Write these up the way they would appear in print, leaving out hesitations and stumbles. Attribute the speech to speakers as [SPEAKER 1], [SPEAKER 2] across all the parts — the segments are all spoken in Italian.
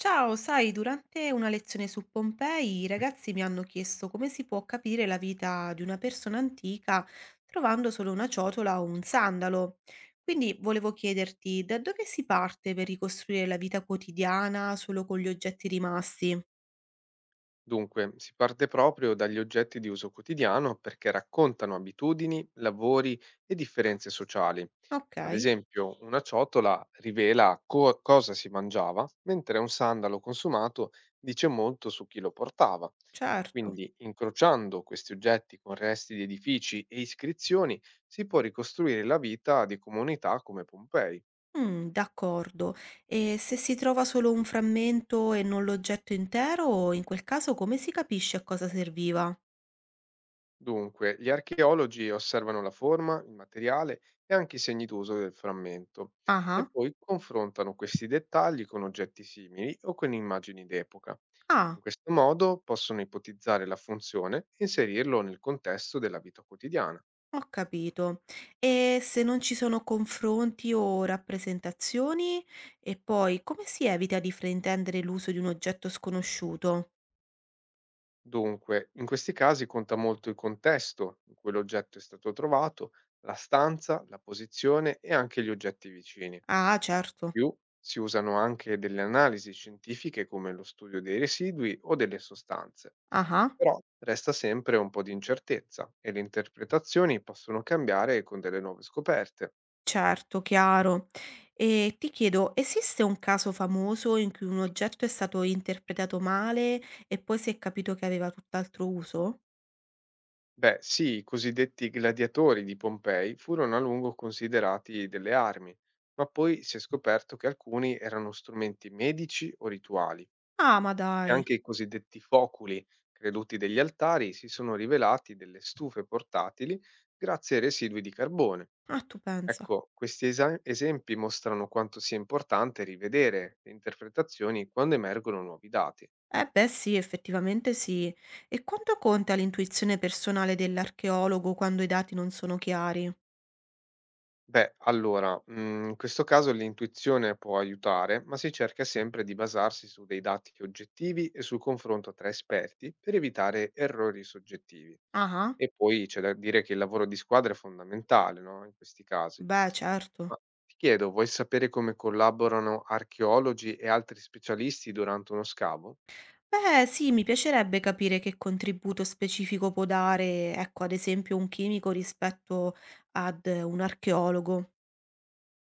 [SPEAKER 1] Ciao, sai, durante una lezione su Pompei i ragazzi mi hanno chiesto come si può capire la vita di una persona antica trovando solo una ciotola o un sandalo. Quindi volevo chiederti da dove si parte per ricostruire la vita quotidiana solo con gli oggetti rimasti?
[SPEAKER 2] Dunque, si parte proprio dagli oggetti di uso quotidiano perché raccontano abitudini, lavori e differenze sociali.
[SPEAKER 1] Ok,
[SPEAKER 2] Ad esempio, una ciotola rivela cosa si mangiava, mentre un sandalo consumato dice molto su chi lo portava.
[SPEAKER 1] certo.
[SPEAKER 2] Quindi, incrociando questi oggetti con resti di edifici e iscrizioni, si può ricostruire la vita di comunità come Pompei.
[SPEAKER 1] Mm, d'accordo. E se si trova solo un frammento e non l'oggetto intero, in quel caso come si capisce a cosa serviva?
[SPEAKER 2] Dunque, gli archeologi osservano la forma, il materiale e anche i segni d'uso del frammento e
[SPEAKER 1] Ah,
[SPEAKER 2] poi confrontano questi dettagli con oggetti simili o con immagini d'epoca. In
[SPEAKER 1] ah.
[SPEAKER 2] questo modo possono ipotizzare la funzione e inserirlo nel contesto della vita quotidiana.
[SPEAKER 1] Ho capito. E se non ci sono confronti o rappresentazioni? E poi come si evita di fraintendere l'uso di un oggetto sconosciuto?
[SPEAKER 2] Dunque, in questi casi conta molto il contesto in cui l'oggetto è stato trovato, la stanza, la posizione e anche gli oggetti vicini.
[SPEAKER 1] Ah, certo.
[SPEAKER 2] Più si usano anche delle analisi scientifiche come lo studio dei residui o delle sostanze.
[SPEAKER 1] Ah,
[SPEAKER 2] Resta sempre un po' di incertezza e le interpretazioni possono cambiare con delle nuove scoperte.
[SPEAKER 1] certo, chiaro. E ti chiedo, esiste un caso famoso in cui un oggetto è stato interpretato male e poi si è capito che aveva tutt'altro uso?
[SPEAKER 2] Beh, sì, i cosiddetti gladiatori di Pompei furono a lungo considerati delle armi, ma poi si è scoperto che alcuni erano strumenti medici o rituali
[SPEAKER 1] Ah, ma
[SPEAKER 2] e
[SPEAKER 1] dai.
[SPEAKER 2] anche i cosiddetti foculi, creduti degli altari, si sono rivelati delle stufe portatili grazie ai residui di carbone.
[SPEAKER 1] Ah, tu pensa.
[SPEAKER 2] Ecco, questi esa esempi mostrano quanto sia importante rivedere le interpretazioni quando emergono nuovi dati.
[SPEAKER 1] Eh beh sì, effettivamente sì. E quanto conta l'intuizione personale dell'archeologo quando i dati non sono chiari?
[SPEAKER 2] Beh, allora, in questo caso l'intuizione può aiutare, ma si cerca sempre di basarsi su dei dati oggettivi e sul confronto tra esperti per evitare errori soggettivi.
[SPEAKER 1] Ah,
[SPEAKER 2] E poi c'è da dire che il lavoro di squadra è fondamentale, no? In questi casi.
[SPEAKER 1] beh, certo.
[SPEAKER 2] Ma ti chiedo, vuoi sapere come collaborano archeologi e altri specialisti durante uno scavo?
[SPEAKER 1] Beh sì, mi piacerebbe capire che contributo specifico può dare, ecco, ad esempio un chimico rispetto ad un archeologo.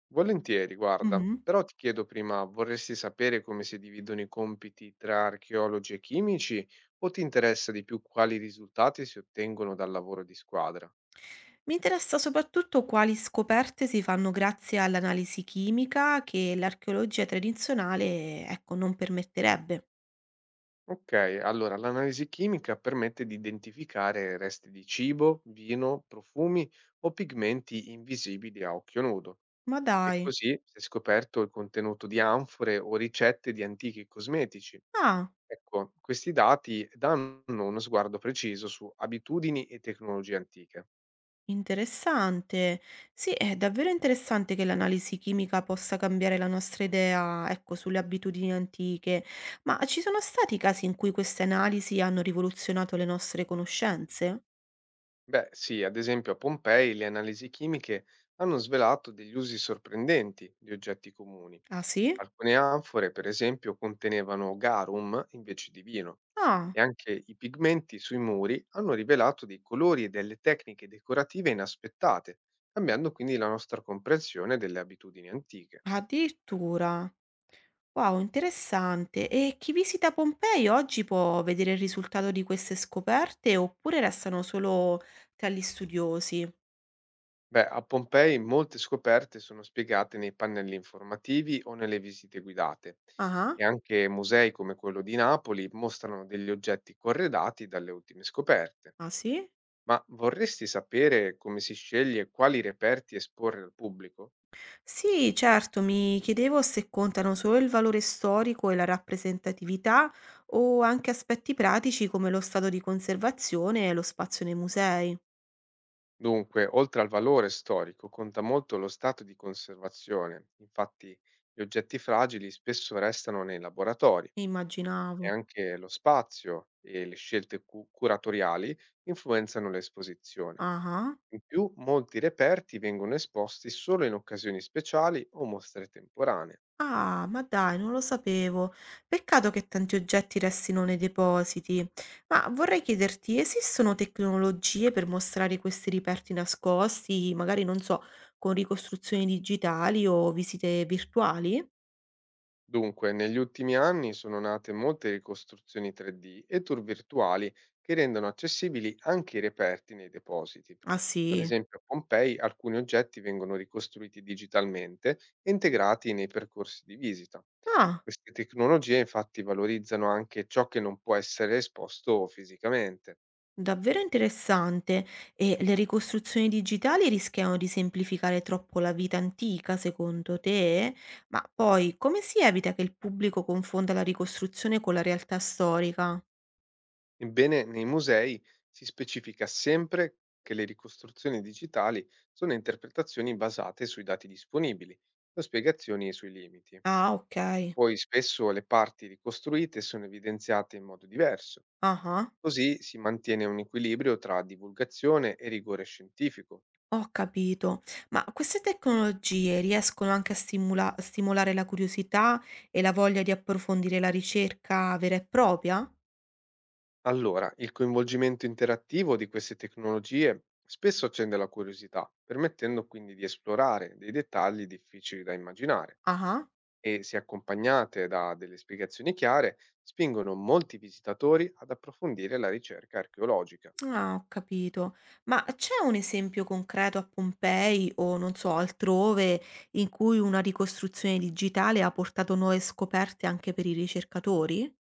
[SPEAKER 2] Volentieri, guarda,
[SPEAKER 1] Mhm.
[SPEAKER 2] però ti chiedo prima, vorresti sapere come si dividono i compiti tra archeologi e chimici o ti interessa di più quali risultati si ottengono dal lavoro di squadra?
[SPEAKER 1] Mi interessa soprattutto quali scoperte si fanno grazie all'analisi chimica che l'archeologia tradizionale, ecco, non permetterebbe.
[SPEAKER 2] Ok, allora l'analisi chimica permette di identificare resti di cibo, vino, profumi o pigmenti invisibili a occhio nudo.
[SPEAKER 1] Ma
[SPEAKER 2] E
[SPEAKER 1] dai.
[SPEAKER 2] così si è scoperto il contenuto di anfore o ricette di antichi cosmetici.
[SPEAKER 1] Ah.
[SPEAKER 2] Ecco, questi dati danno uno sguardo preciso su abitudini e tecnologie antiche.
[SPEAKER 1] Interessante. Sì, è davvero interessante che l'analisi chimica possa cambiare la nostra idea, ecco, sulle abitudini antiche. Ma ci sono stati casi in cui queste analisi hanno rivoluzionato le nostre conoscenze?
[SPEAKER 2] Beh, sì, ad esempio a Pompei le analisi chimiche hanno svelato degli usi sorprendenti di oggetti comuni.
[SPEAKER 1] Ah, sì?
[SPEAKER 2] Alcune anfore, per esempio, contenevano garum invece di vino
[SPEAKER 1] Ah,
[SPEAKER 2] e anche i pigmenti sui muri hanno rivelato dei colori e delle tecniche decorative inaspettate, cambiando quindi la nostra comprensione delle abitudini antiche.
[SPEAKER 1] addirittura. Wow, interessante. E chi visita Pompei oggi può vedere il risultato di queste scoperte oppure restano solo tra gli studiosi?
[SPEAKER 2] Beh, a Pompei molte scoperte sono spiegate nei pannelli informativi o nelle visite guidate
[SPEAKER 1] Ah, ah,
[SPEAKER 2] e anche musei come quello di Napoli mostrano degli oggetti corredati dalle ultime scoperte.
[SPEAKER 1] ah, sì?
[SPEAKER 2] Ma vorresti sapere come si sceglie quali reperti esporre al pubblico?
[SPEAKER 1] Sì, certo, mi chiedevo se contano solo il valore storico e la rappresentatività o anche aspetti pratici come lo stato di conservazione e lo spazio nei musei.
[SPEAKER 2] Dunque, oltre al valore storico, conta molto lo stato di conservazione. Infatti, gli oggetti fragili spesso restano nei laboratori e
[SPEAKER 1] Immaginavo.
[SPEAKER 2] anche lo spazio e le scelte curatoriali influenzano l'esposizione.
[SPEAKER 1] Ah,
[SPEAKER 2] In più, molti reperti vengono esposti solo in occasioni speciali o mostre temporanee.
[SPEAKER 1] ah, ma dai, non lo sapevo. Peccato che tanti oggetti restino nei depositi. Ma vorrei chiederti, esistono tecnologie per mostrare questi reperti nascosti, magari non so, con ricostruzioni digitali o visite virtuali?
[SPEAKER 2] Dunque, negli ultimi anni sono nate molte ricostruzioni 3D e tour virtuali che rendono accessibili anche i reperti nei depositi.
[SPEAKER 1] Ah
[SPEAKER 2] Ad
[SPEAKER 1] sì.
[SPEAKER 2] esempio, a Pompei alcuni oggetti vengono ricostruiti digitalmente e integrati nei percorsi di visita.
[SPEAKER 1] Ah.
[SPEAKER 2] Queste tecnologie infatti valorizzano anche ciò che non può essere esposto fisicamente.
[SPEAKER 1] Davvero interessante. E le ricostruzioni digitali rischiano di semplificare troppo la vita antica, secondo te? Ma poi come si evita che il pubblico confonda la ricostruzione con la realtà storica?
[SPEAKER 2] Ebbene, nei musei si specifica sempre che le ricostruzioni digitali sono interpretazioni basate sui dati disponibili, le spiegazioni e sui limiti.
[SPEAKER 1] Ah, ok.
[SPEAKER 2] Poi spesso le parti ricostruite sono evidenziate in modo diverso,
[SPEAKER 1] Ah, ah.
[SPEAKER 2] così si mantiene un equilibrio tra divulgazione e rigore scientifico.
[SPEAKER 1] Ho capito. Ma queste tecnologie riescono anche a stimolare la curiosità e la voglia di approfondire la ricerca vera e propria?
[SPEAKER 2] Allora, il coinvolgimento interattivo di queste tecnologie spesso accende la curiosità, permettendo quindi di esplorare dei dettagli difficili da immaginare.
[SPEAKER 1] Ah.
[SPEAKER 2] E, se accompagnate da delle spiegazioni chiare, spingono molti visitatori ad approfondire la ricerca archeologica.
[SPEAKER 1] Ah, ho capito. Ma c'è un esempio concreto a Pompei o non so, altrove in cui una ricostruzione digitale ha portato nuove scoperte anche per i ricercatori?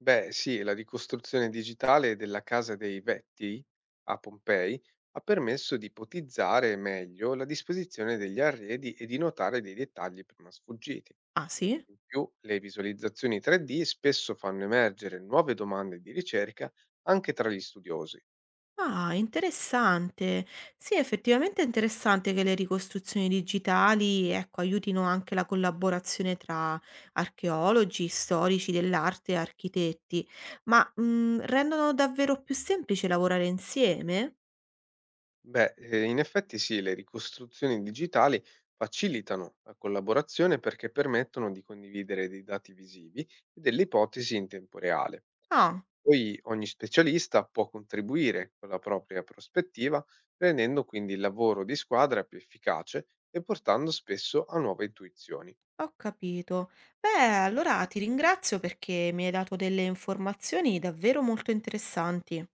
[SPEAKER 2] Beh, sì, la ricostruzione digitale della Casa dei Vetti a Pompei ha permesso di ipotizzare meglio la disposizione degli arredi e di notare dei dettagli prima sfuggiti.
[SPEAKER 1] Ah, sì?
[SPEAKER 2] In più, le visualizzazioni 3D spesso fanno emergere nuove domande di ricerca anche tra gli studiosi.
[SPEAKER 1] Ah, interessante. Sì, effettivamente è interessante che le ricostruzioni digitali, ecco, aiutino anche la collaborazione tra archeologi, storici dell'arte e architetti, ma rendono davvero più semplice lavorare insieme?
[SPEAKER 2] Beh, in effetti sì, le ricostruzioni digitali facilitano la collaborazione perché permettono di condividere dei dati visivi e delle ipotesi in tempo reale.
[SPEAKER 1] Ah.
[SPEAKER 2] Poi ogni specialista può contribuire con la propria prospettiva, rendendo quindi il lavoro di squadra più efficace e portando spesso a nuove intuizioni.
[SPEAKER 1] Ho capito. Beh, allora ti ringrazio perché mi hai dato delle informazioni davvero molto interessanti.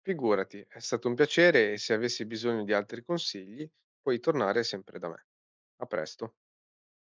[SPEAKER 2] Figurati, è stato un piacere e se avessi bisogno di altri consigli puoi tornare sempre da me. A presto.